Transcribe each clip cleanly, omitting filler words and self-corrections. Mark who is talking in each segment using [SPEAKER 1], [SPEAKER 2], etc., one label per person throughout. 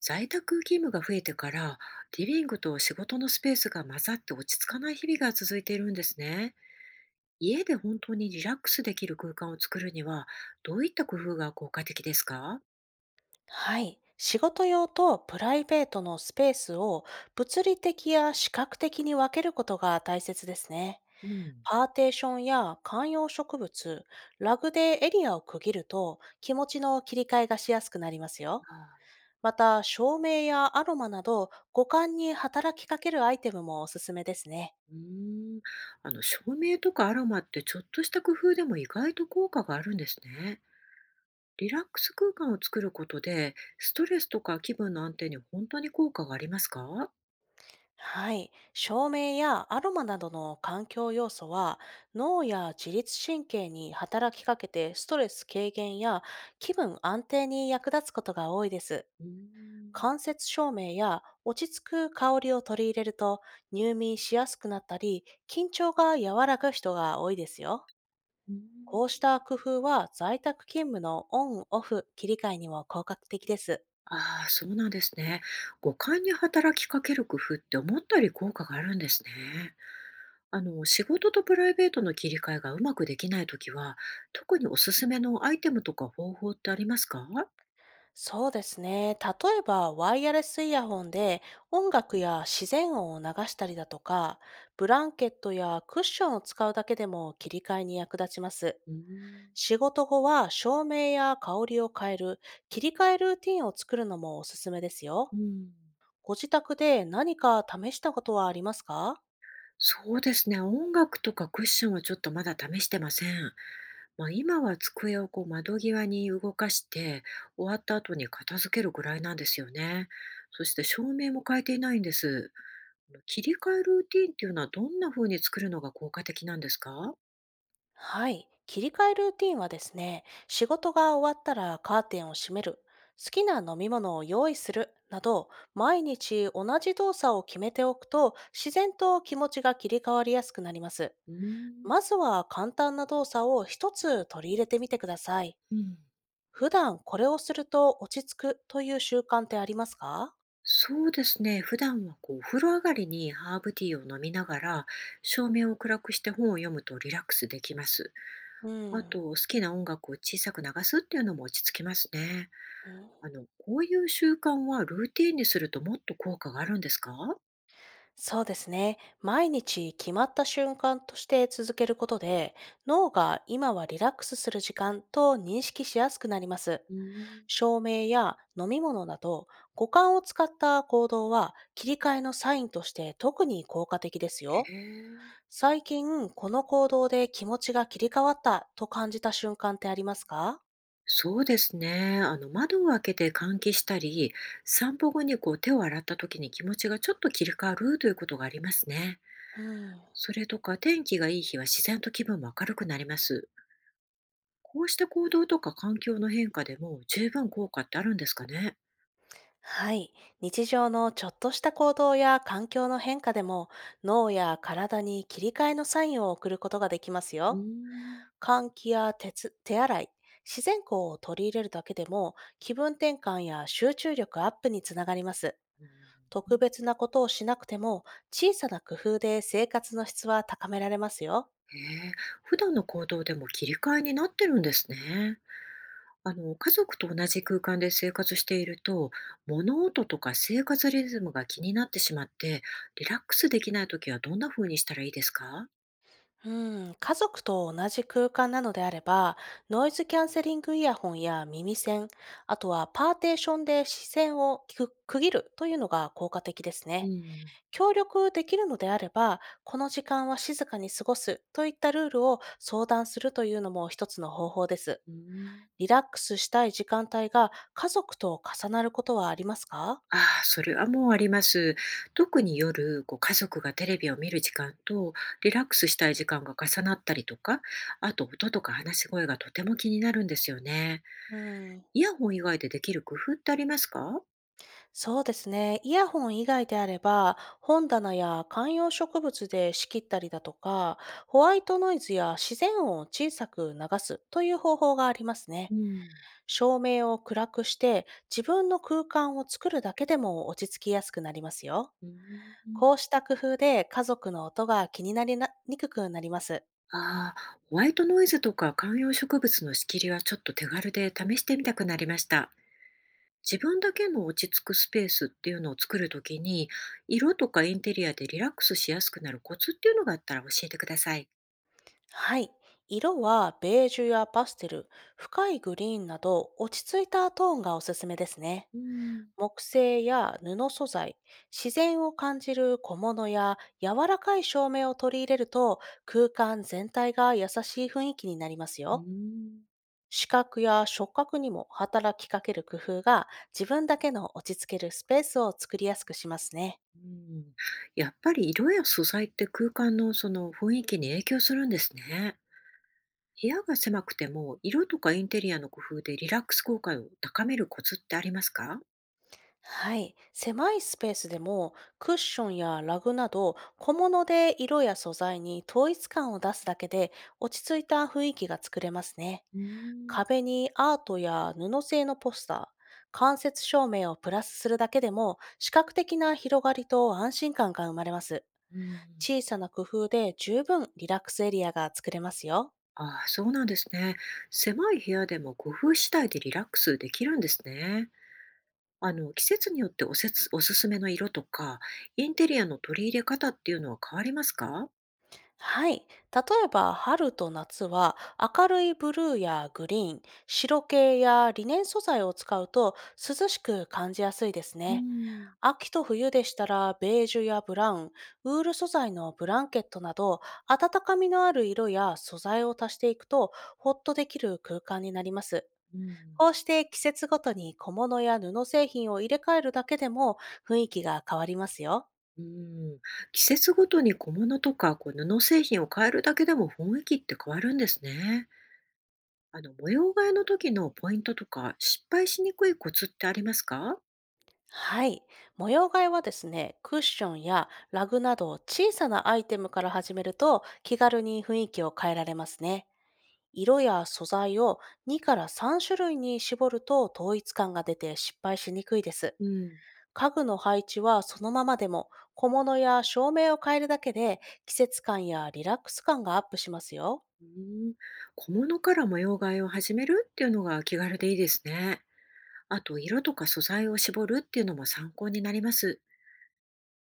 [SPEAKER 1] 在宅勤務が増えてから、リビングと仕事のスペースが混ざって落ち着かない日々が続いているんですね。家で本当にリラックスできる空間を作るには、どういった工夫が効果的ですか？
[SPEAKER 2] はい。仕事用とプライベートのスペースを物理的や視覚的に分けることが大切ですね。
[SPEAKER 1] うん、
[SPEAKER 2] パーテーションや観葉植物、ラグでエリアを区切ると気持ちの切り替えがしやすくなりますよ。
[SPEAKER 1] あー
[SPEAKER 2] また、照明やアロマなど五感に働きかけるアイテムもおすすめですね。
[SPEAKER 1] うーん、照明とかアロマってちょっとした工夫でも意外と効果があるんですね。リラックス空間を作ることで、ストレスとか気分の安定に本当に効果がありますか？
[SPEAKER 2] はい。照明やアロマなどの環境要素は脳や自律神経に働きかけて、ストレス軽減や気分安定に役立つことが多いです。
[SPEAKER 1] うーん
[SPEAKER 2] 間接照明や落ち着く香りを取り入れると、入眠しやすくなったり緊張が和らぐ人が多いですよ。
[SPEAKER 1] うーん
[SPEAKER 2] こうした工夫は在宅勤務のオンオフ切り替えにも効果的です。
[SPEAKER 1] ああ、そうなんですね。五感に働きかける工夫って思ったより効果があるんですね。仕事とプライベートの切り替えがうまくできないときは、特におすすめのアイテムとか方法ってありますか？
[SPEAKER 2] そうですね。例えば、ワイヤレスイヤホンで音楽や自然音を流したりだとか、ブランケットやクッションを使うだけでも切り替えに役立ちます。
[SPEAKER 1] うーん。
[SPEAKER 2] 仕事後は照明や香りを変える、切り替えルーティンを作るのもおすすめですよ。
[SPEAKER 1] うん。
[SPEAKER 2] ご自宅で何か試したことはありますか？
[SPEAKER 1] そうですね。音楽とかクッションはちょっとまだ試してません。まあ、今は机をこう窓際に動かして、終わった後に片付けるぐらいなんですよね。そして照明も変えていないんです。切り替えルーティーンっていうのはどんな風に作るのが効果的なんですか？
[SPEAKER 2] はい。切り替えルーティンはですね、仕事が終わったらカーテンを閉める、好きな飲み物を用意するなど、毎日同じ動作を決めておくと、自然と気持ちが切り替わりやすくなります。
[SPEAKER 1] うーん。
[SPEAKER 2] まずは簡単な動作を一つ取り入れてみてください。
[SPEAKER 1] うん。
[SPEAKER 2] 普段これをすると落ち着くという習慣ってありますか？
[SPEAKER 1] そうですね、普段はこうお風呂上がりにハーブティーを飲みながら、照明を暗くして本を読むとリラックスできます。
[SPEAKER 2] う
[SPEAKER 1] あ
[SPEAKER 2] ん。
[SPEAKER 1] と好きな音楽を小さく流すっていうのも落ち着きますね。
[SPEAKER 2] うん。
[SPEAKER 1] こういう習慣はルーティーンにするともっと効果があるんですか？
[SPEAKER 2] そうですね。毎日決まった瞬間として続けることで、脳が今はリラックスする時間と認識しやすくなります。
[SPEAKER 1] うーん。
[SPEAKER 2] 照明や飲み物など、五感を使った行動は切り替えのサインとして特に効果的です
[SPEAKER 1] へ
[SPEAKER 2] よ。
[SPEAKER 1] え。
[SPEAKER 2] 最近、この行動で気持ちが切り替わったと感じた瞬間ってありますか？
[SPEAKER 1] そうですね。窓を開けて換気したり、散歩後にこう手を洗った時に気持ちがちょっと切り替わるということがありますね。
[SPEAKER 2] うん。
[SPEAKER 1] それとか天気がいい日は自然と気分も明るくなります。こうした行動とか環境の変化でも十分効果ってあるんですかね。
[SPEAKER 2] はい。日常のちょっとした行動や環境の変化でも、脳や体に切り替えのサインを送ることができます
[SPEAKER 1] うー
[SPEAKER 2] よ。
[SPEAKER 1] ん。
[SPEAKER 2] 換気や手洗い、自然光を取り入れるだけでも気分転換や集中力アップにつながります。
[SPEAKER 1] うん
[SPEAKER 2] 特別なことをしなくても、小さな工夫で生活の質は高められますよ。
[SPEAKER 1] へえ、普段の行動でも切り替えになってるんですね。家族と同じ空間で生活していると、物音とか生活リズムが気になってしまって、リラックスできないときはどんな風にしたらいいですか？
[SPEAKER 2] う家族と同じ空間なのであれば、ノイズキャンセリングイヤホンや耳栓、あとはパーテーションで視線を区切るというのが効果的です
[SPEAKER 1] う
[SPEAKER 2] ね。
[SPEAKER 1] ん。
[SPEAKER 2] 協力できるのであれば、この時間は静かに過ごすといったルールを相談するというのも一つの方法です。
[SPEAKER 1] うん。
[SPEAKER 2] リラックスしたい時間帯が家族と重なることはありますか？
[SPEAKER 1] ああ、それはもうあります。特に夜、こう家族がテレビを見る時間とリラックスしたい時間が重なったりとか、あと音とか話し声がとても気になるんですよね。
[SPEAKER 2] うん。
[SPEAKER 1] イヤホン以外でできる工夫ってありますか？
[SPEAKER 2] そうですね。イヤホン以外であれば、本棚や観葉植物で仕切ったりだとか、ホワイトノイズや自然音を小さく流すという方法がありますね。
[SPEAKER 1] うん。
[SPEAKER 2] 照明を暗くして、自分の空間を作るだけでも落ち着きやすくなりますよ。
[SPEAKER 1] うーん。
[SPEAKER 2] こうした工夫で家族の音が気になりにくくなります。
[SPEAKER 1] ああ、ホワイトノイズとか観葉植物の仕切りはちょっと手軽で試してみたくなりました。自分だけの落ち着くスペースっていうのを作るときに、色とかインテリアでリラックスしやすくなるコツっていうのがあったら教えてください。
[SPEAKER 2] はい。色はベージュやパステル、深いグリーンなど落ち着いたトーンがおすすめですね。
[SPEAKER 1] うん、
[SPEAKER 2] 木製や布素材、自然を感じる小物や柔らかい照明を取り入れると、空間全体が優しい雰囲気になります
[SPEAKER 1] う
[SPEAKER 2] よ。
[SPEAKER 1] ん。
[SPEAKER 2] 視覚や触覚にも働きかける工夫が、自分だけの落ち着けるスペースを作りやすくしますね。
[SPEAKER 1] うん。やっぱり色や素材って空間のその雰囲気に影響するんですね。部屋が狭くても、色とかインテリアの工夫でリラックス効果を高めるコツってありますか？
[SPEAKER 2] はい。狭いスペースでもクッションやラグなど小物で色や素材に統一感を出すだけで、落ち着いた雰囲気が作れますね。
[SPEAKER 1] うーん
[SPEAKER 2] 壁にアートや布製のポスター、間接照明をプラスするだけでも視覚的な広がりと安心感が生まれます。
[SPEAKER 1] うん。
[SPEAKER 2] 小さな工夫で十分リラックスエリアが作れますよ。
[SPEAKER 1] ああ、そうなんですね。狭い部屋でも工夫次第でリラックスできるんですね。あの、季節によっておせつ、おすすめの色とか、インテリアの取り入れ方っていうのは変わりますか？
[SPEAKER 2] はい。例えば、春と夏は明るいブルーやグリーン、白系やリネン素材を使うと涼しく感じやすいです
[SPEAKER 1] う
[SPEAKER 2] ね。
[SPEAKER 1] ん、
[SPEAKER 2] 秋と冬でしたら、ベージュやブラウン、ウール素材のブランケットなど、温かみのある色や素材を足していくと、ホッとできる空間になります。
[SPEAKER 1] うん。
[SPEAKER 2] こうして季節ごとに小物や布製品を入れ替えるだけでも雰囲気が変わりますよ。
[SPEAKER 1] うん。季節ごとに小物とか、こう布製品を変えるだけでも雰囲気って変わるんですね。模様替えの時のポイントとか、失敗しにくいコツってありますか？
[SPEAKER 2] はい。模様替えはですね、クッションやラグなど小さなアイテムから始めると気軽に雰囲気を変えられますね。色や素材を2から3種類に絞ると統一感が出て失敗しにくいです。
[SPEAKER 1] うん。
[SPEAKER 2] 家具の配置はそのままでも、小物や照明を変えるだけで季節感やリラックス感がアップしますよ。
[SPEAKER 1] うーん、小物から模様替えを始めるっていうのが気軽でいいですね。あと、色とか素材を絞るっていうのも参考になります。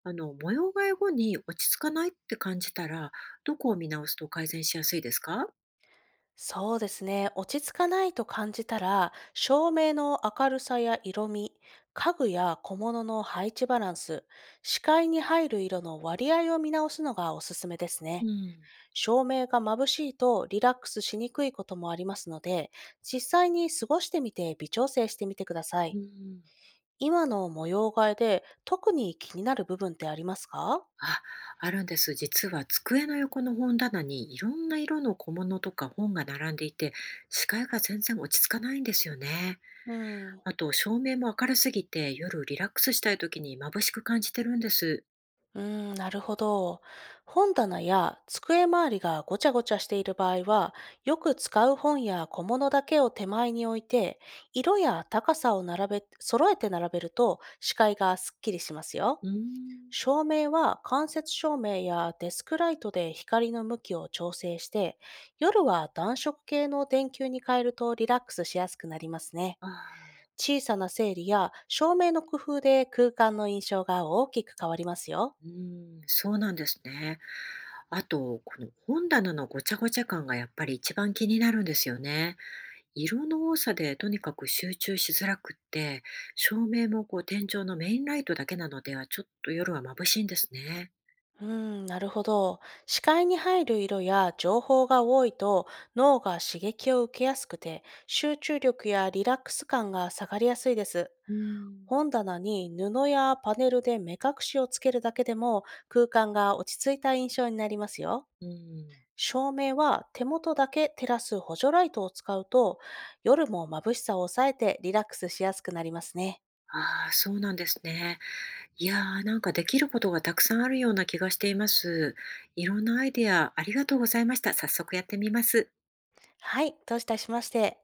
[SPEAKER 1] 模様替え後に落ち着かないって感じたら、どこを見直すと改善しやすいですか？
[SPEAKER 2] そうですね。落ち着かないと感じたら、照明の明るさや色味、家具や小物の配置バランス、視界に入る色の割合を見直すのがおすすめです
[SPEAKER 1] う
[SPEAKER 2] ね。
[SPEAKER 1] ん。
[SPEAKER 2] 照明が眩しいとリラックスしにくいこともありますので、実際に過ごしてみて微調整してみてくださ
[SPEAKER 1] う
[SPEAKER 2] い。
[SPEAKER 1] ん。
[SPEAKER 2] 今の模様替えで特に気になる部分ってありますか？
[SPEAKER 1] あ、あるんです。実は机の横の本棚にいろんな色の小物とか本が並んでいて、視界が全然落ち着かないんですよね。
[SPEAKER 2] うん。
[SPEAKER 1] あと、照明も明るすぎて、夜リラックスしたい時に眩しく感じてるんです。
[SPEAKER 2] うーん、なるほど。本棚や机周りがごちゃごちゃしている場合は、よく使う本や小物だけを手前に置いて、色や高さを揃えて並べると視界がスッキリしますよ。
[SPEAKER 1] うーん。
[SPEAKER 2] 照明は間接照明やデスクライトで光の向きを調整して、夜は暖色系の電球に変えるとリラックスしやすくなりますね。
[SPEAKER 1] ああ、
[SPEAKER 2] 小さな整理や照明の工夫で空間の印象が大きく変わりますよ。
[SPEAKER 1] うーん、そうなんですね。あと、この本棚のごちゃごちゃ感がやっぱり一番気になるんですよね。色の多さでとにかく集中しづらくって、照明もこう天井のメインライトだけなのではちょっと夜は眩しいんですね。
[SPEAKER 2] うーん、なるほど。視界に入る色や情報が多いと、脳が刺激を受けやすくて集中力やリラックス感が下がりやすいです。
[SPEAKER 1] うーん。
[SPEAKER 2] 本棚に布やパネルで目隠しをつけるだけでも空間が落ち着いた印象になりますよ。
[SPEAKER 1] うーん。
[SPEAKER 2] 照明は手元だけ照らす補助ライトを使うと、夜も眩しさを抑えてリラックスしやすくなりますね。
[SPEAKER 1] ああ、そうなんですね。いやー、なんかできることがたくさんあるような気がしています。いろんなアイデアありがとうございました。早速やってみます。
[SPEAKER 2] はい、どういたしまして。